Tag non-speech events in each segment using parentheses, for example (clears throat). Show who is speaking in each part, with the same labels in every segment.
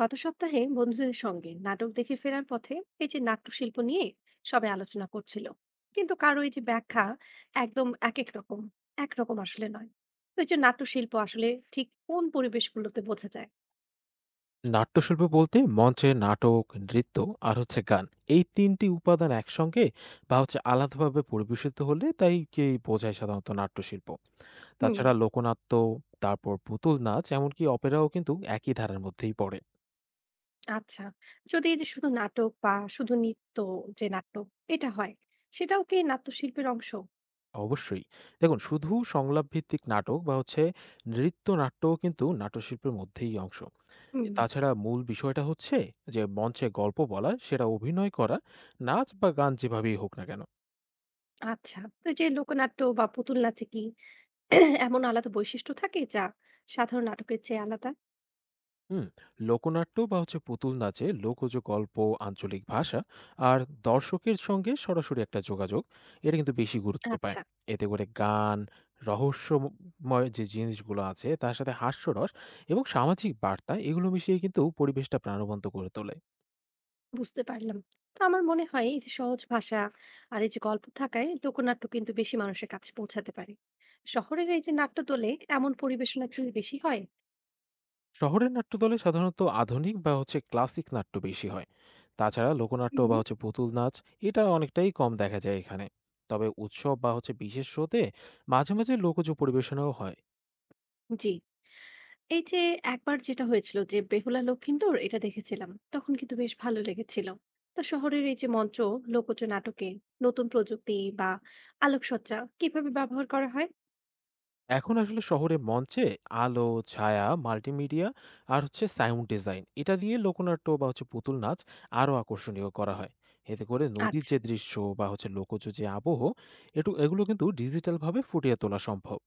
Speaker 1: গত সপ্তাহে বন্ধুদের সঙ্গে নাটক দেখে ফেরার পথে এই যে নাট্যশিল্প নিয়ে সবাই আলোচনা করছিল, কিন্তু কারো এই যে ব্যাখ্যা একদম এক এক রকম, একরকম আসলে নয়। তো এই যে নাট্যশিল্প আসলে ঠিক কোন পরিবেশগুলোতে বোঝা যায়?
Speaker 2: নাট্যশিল্প বলতে মঞ্চে নাটক, নৃত্য আর হচ্ছে গান— এই তিনটি উপাদান একসঙ্গে বা হচ্ছে আলাদাভাবে পরিবেশিত হলে তাই কে বোঝায় সাধারণত নাট্যশিল্প।
Speaker 1: হুম।
Speaker 2: তাছাড়া লোকনাট্য, তারপর পুতুল নাচ, এমনকি অপেরাও কিন্তু একই ধারার মধ্যেই পড়ে।
Speaker 1: আচ্ছা, যদি এই যে শুধু নাটক বা শুধু নৃত্য, যে নাটক এটা হয়, সেটাও কি নাট্যশিল্পের অংশ?
Speaker 2: অবশ্যই, দেখুন, শুধু সংলাপ ভিত্তিক নাটক বা হচ্ছে নৃত্য নাট্যও কিন্তু নাট্যশিল্পের মধ্যেই অংশ।
Speaker 1: হুম।
Speaker 2: তাছাড়া মূল বিষয়টা হচ্ছে যে মঞ্চে গল্প বলা, সেটা অভিনয় করা, নাচ বা গান যেভাবেই হোক না কেন।
Speaker 1: আচ্ছা, তো এই যে লোকনাট্য বা পুতুল নাচে কি (clears throat) এমন আলাদা বৈশিষ্ট্য থাকে যা সাধারণ নাটকের চেয়ে আলাদা?
Speaker 2: হুম। লোকনাট্য বা হচ্ছে পুতুল নাচে লোকজ গল্প, আঞ্চলিক ভাষা আর দর্শকের সঙ্গে সরাসরি একটা যোগাযোগ এটা কিন্তু বেশি গুরুত্ব পায়।
Speaker 1: আচ্ছা।
Speaker 2: এতে করে গান, রহস্যময় যে জিনিসগুলো আছে তার সাথে হাস্যরস এবং সামাজিক বার্তা— এগুলো মিশিয়ে কিন্তু পরিবেশটা প্রাণবন্ত করে তোলে।
Speaker 1: বুঝতে পারলাম। তো আমার মনে হয় এই যে সহজ ভাষা আর এই যে গল্প থাকায় লোকনাট্য কিন্তু বেশি মানুষের কাছে পৌঁছাতে পারে। শহরের এই যে নাট্য দলে এমন পরিবেশনা কি বেশি হয়?
Speaker 2: শহরের নাট্যদলে সাধারণত আধুনিক বা হচ্ছে ক্লাসিক নাট্য বেশি হয়। তাছাড়া লোকনাট্য
Speaker 1: হুম।
Speaker 2: বা হচ্ছে পুতুল নাচ এটা অনেকটাই কম দেখা যায় এখানে, তবে উৎসব বা হচ্ছে বিশেষ শোতে মাঝে মাঝে লোকজ পরিবেশনাও হয়।
Speaker 1: জি। এই যে একবার যেটা হয়েছিল যে বেহুলা লক্ষিন্দর এটা দেখেছিলাম। তখন কিন্তু বেশ ভালো লেগেছিল। তো শহরের এই যে মঞ্চ, লোকজ নাটকে নতুন প্রযুক্তি বা আলোকসজ্জা কিভাবে ব্যবহার করা হয়?
Speaker 2: এখন আসলে শহরে মঞ্চে আলো, ছায়া, মাল্টিমিডিয়া আর হচ্ছে সাউন্ড ডিজাইন— এটা দিয়ে লোকনাট্য বা হচ্ছে পুতুল নাচ আরো আকর্ষণীয় করা হয়। এতে করে নদীর
Speaker 1: আচ্ছা।
Speaker 2: যে দৃশ্য বা হচ্ছে লোকজ যে আবহ, এগুলো কিন্তু ডিজিটাল ভাবে ফুটিয়ে তোলা সম্ভব।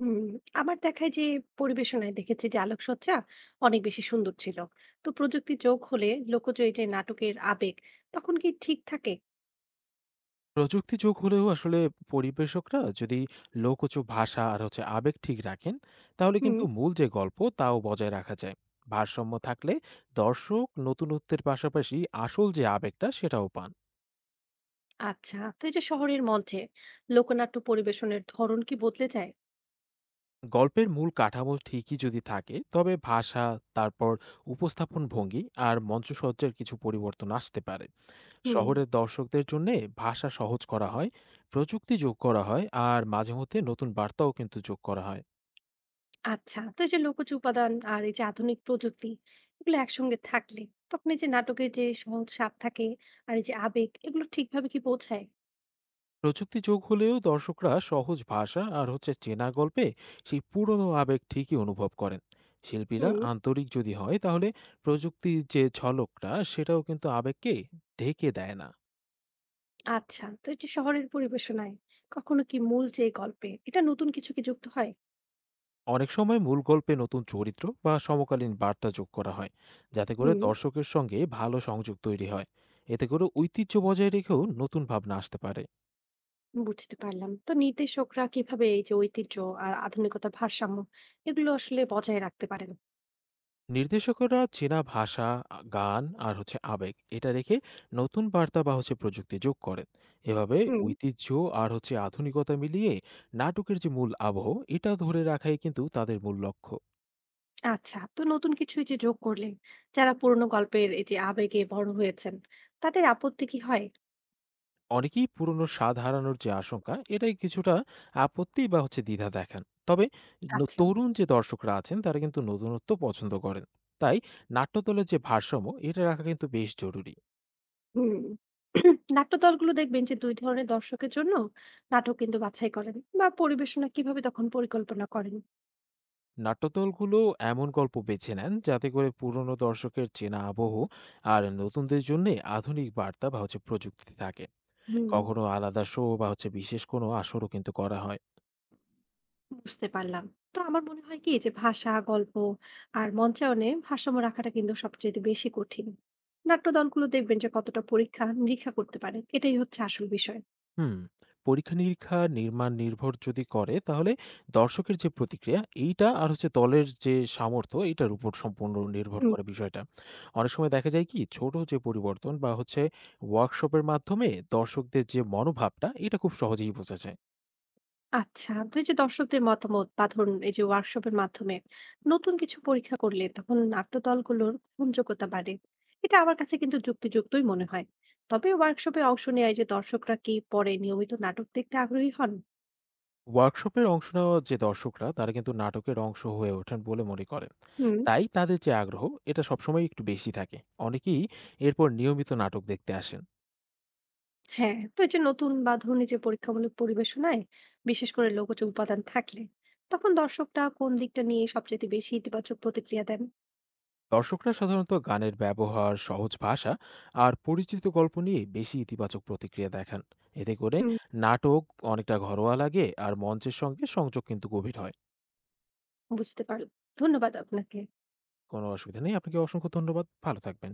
Speaker 1: হুম, আমার দেখায় যে পরিবেশনায় দেখেছি যে আলোকসজ্জা অনেক বেশি সুন্দর ছিল। তো প্রযুক্তি যোগ হলে লোকজ এই যে নাটকের আবেগ তখন কি ঠিক থাকে?
Speaker 2: প্রযুক্তি যোগ হলেও আসলে পরিবেশকরা যদি লোকজ ভাষা আর হচ্ছে আবেগ ঠিক রাখেন, তাহলে
Speaker 1: হুম।
Speaker 2: কিন্তু মূল যে গল্প তাও বজায় রাখা যায়। ভারসাম্য থাকলে দর্শক নতুনত্বের পাশাপাশি আসল যে আবেগটা সেটাও পান।
Speaker 1: আচ্ছা, তো এই যে শহরের মঞ্চে লোকনাট্য পরিবেশনের ধরন কি বদলে যায়?
Speaker 2: গল্পের মূল কাঠামো ঠিকই যদি থাকে, তবে ভাষা, তারপর উপস্থাপন ভঙ্গি আর মঞ্চসজ্জার কিছু পরিবর্তন আসতে পারে।
Speaker 1: হুম।
Speaker 2: শহরের দর্শকদের জন্য ভাষা সহজ করা হয়, প্রযুক্তি যোগ করা হয়, আর মাঝে মধ্যে নতুন বার্তাও কিন্তু যোগ করা হয়।
Speaker 1: আচ্ছা, তো এই যে লোকজ উপাদান আর এই যে আধুনিক প্রযুক্তি এগুলো একসঙ্গে থাকলে, তখন এই যে নাটকের যে সহজ স্বাদ থাকে আর এই যে আবেগ, এগুলো ঠিকভাবে কি বোঝায়?
Speaker 2: প্রযুক্তি যোগ হলেও দর্শকরা সহজ ভাষা আর হচ্ছে চেনা গল্পে সেই পুরনো আবেগ ঠিকই অনুভব করেন। শিল্পীরা
Speaker 1: হুম।
Speaker 2: আন্তরিক যদি হয়, তাহলে প্রযুক্তির যে ঝলকটা সেটাও কিন্তু আবেগকে ঢেকে দেয় না।
Speaker 1: আচ্ছা, তো এই যে শহরের পরিবেশনায় কখনো কি মূল যে গল্পে এটা নতুন কিছু কি যুক্ত হয়?
Speaker 2: অনেক সময় মূল গল্পে নতুন চরিত্র বা সমকালীন বার্তা যোগ করা হয়, যাতে করে
Speaker 1: হুম।
Speaker 2: দর্শকের সঙ্গে ভালো সংযোগ তৈরি হয়। এতে করে ঐতিহ্য বজায় রেখেও নতুন ভাবনা আসতে পারে।
Speaker 1: বুঝতে পারলাম। তো নির্দেশকরা কিভাবে এই যে ঐতিহ্য আর আধুনিকতার ভারসাম্য এগুলো আসলে বজায় রাখতে পারেন?
Speaker 2: নির্দেশকেরা চেনা ভাষা, গান আর হচ্ছে আবেগ এটা রেখে নতুন বার্তা বা হচ্ছে প্রযুক্তি যোগ করেন। এভাবে
Speaker 1: হুম।
Speaker 2: ঐতিহ্য আর হচ্ছে আধুনিকতা মিলিয়ে নাটকের যে মূল আবহ এটা ধরে রাখাই কিন্তু তাদের মূল লক্ষ্য।
Speaker 1: আচ্ছা, তো নতুন কিছু এই যে যোগ করলে, যারা পুরোনো গল্পের এই যে আবেগে বড় হয়েছেন, তাদের আপত্তি কি হয়?
Speaker 2: অনেকেই পুরনো স্বাদ হারানোর যে আশঙ্কা এটাই কিছুটা আপত্তি বা হচ্ছে দ্বিধা দেখান। তবে
Speaker 1: আচ্ছা।
Speaker 2: তরুণ যে দর্শকরা আছেন তারা কিন্তু নতুনত্ব পছন্দ করেন। তাই নাট্যদলের যে ভারসাম্য এটা রাখা কিন্তু বেশ জরুরি।
Speaker 1: হুম। নাট্যদলগুলো দেখবেন যে দুই ধরনের দর্শকের জন্য নাটক কিন্তু বাছাই করেন, বা পরিবেশনা কিভাবে তখন পরিকল্পনা করেন?
Speaker 2: নাট্যদলগুলো এমন গল্প বেছে নেন যাতে করে পুরনো দর্শকের চেনা আবহ আর নতুনদের জন্য আধুনিক বার্তা বা হচ্ছে প্রযুক্তি থাকে।
Speaker 1: হুম।
Speaker 2: কখনো আলাদা শো বা হচ্ছে বিশেষ কোনো আসরও কিন্তু করা হয়।
Speaker 1: বুঝতে পারলাম। তো আমার মনে হয় কি যে ভাষা, গল্প আর মঞ্চায়নে ভারসাম্য রাখাটা কিন্তু সবচেয়ে বেশি কঠিন। নাট্য দলগুলো দেখবেন যে কতটা পরীক্ষা নিরীক্ষা করতে পারে, এটাই হচ্ছে আসল বিষয়।
Speaker 2: হুম। পরীক্ষা-নিরীক্ষা নির্মাণ নির্ভর যদি করে, তাহলে দর্শকের যে প্রতিক্রিয়া এইটা আর হচ্ছে দলের যে সামর্থ্য— এইটার উপর সম্পূর্ণ নির্ভর
Speaker 1: হুম।
Speaker 2: করে বিষয়টা। অনেক সময় দেখা যায় কি, ছোট যে পরিবর্তন বা হচ্ছে ওয়ার্কশপের মাধ্যমে দর্শকদের যে মনোভাবটা এটা খুব সহজেই বোঝা যায়।
Speaker 1: আচ্ছা, তো এই যে দর্শকদের মতামত বা ধরুন এই যে ওয়ার্কশপের মাধ্যমে নতুন কিছু পরীক্ষা করলে তখন নাট্য দলগুলোর গ্রহণযোগ্যতা বাড়ে। এটা আমার কাছে কিন্তু যুক্তিযুক্তই মনে হয়। তবে ওয়ার্কশপে অংশ নেয় যে দর্শকরা কি পরে নিয়মিত নাটক দেখতে আগ্রহী হন?
Speaker 2: ওয়ার্কশপের অংশ নেওয়া যে দর্শকরা তারা কিন্তু নাটকের অংশ হয়ে ওঠেন বলে মনে করেন।
Speaker 1: হুম।
Speaker 2: তাই তাদের যে আগ্রহ এটা সবসময় একটু বেশি থাকে। অনেকেই এরপর নিয়মিত নাটক দেখতে আসেন।
Speaker 1: হ্যাঁ, তো এই যে নতুন বা ধরুন এই যে পরীক্ষামূলক পরিবেশনায় বিশেষ করে লোকজ উপাদান থাকলে তখন দর্শকটা কোন দিকটা নিয়ে সবচেয়ে বেশি ইতিবাচক প্রতিক্রিয়া দেন?
Speaker 2: দর্শকরা সাধারণত গানের ব্যবহার, সহজ ভাষা আর পরিচিত গল্প নিয়ে বেশি ইতিবাচক প্রতিক্রিয়া দেখান। এতে করে
Speaker 1: হুম।
Speaker 2: নাটক অনেকটা ঘরোয়া লাগে আর মঞ্চের সঙ্গে সংযোগ কিন্তু গভীর হয়।
Speaker 1: বুঝতে পারল। ধন্যবাদ আপনাকে।
Speaker 2: কোনো অসুবিধা নেই, আপনাকে অসংখ্য ধন্যবাদ, ভালো থাকবেন।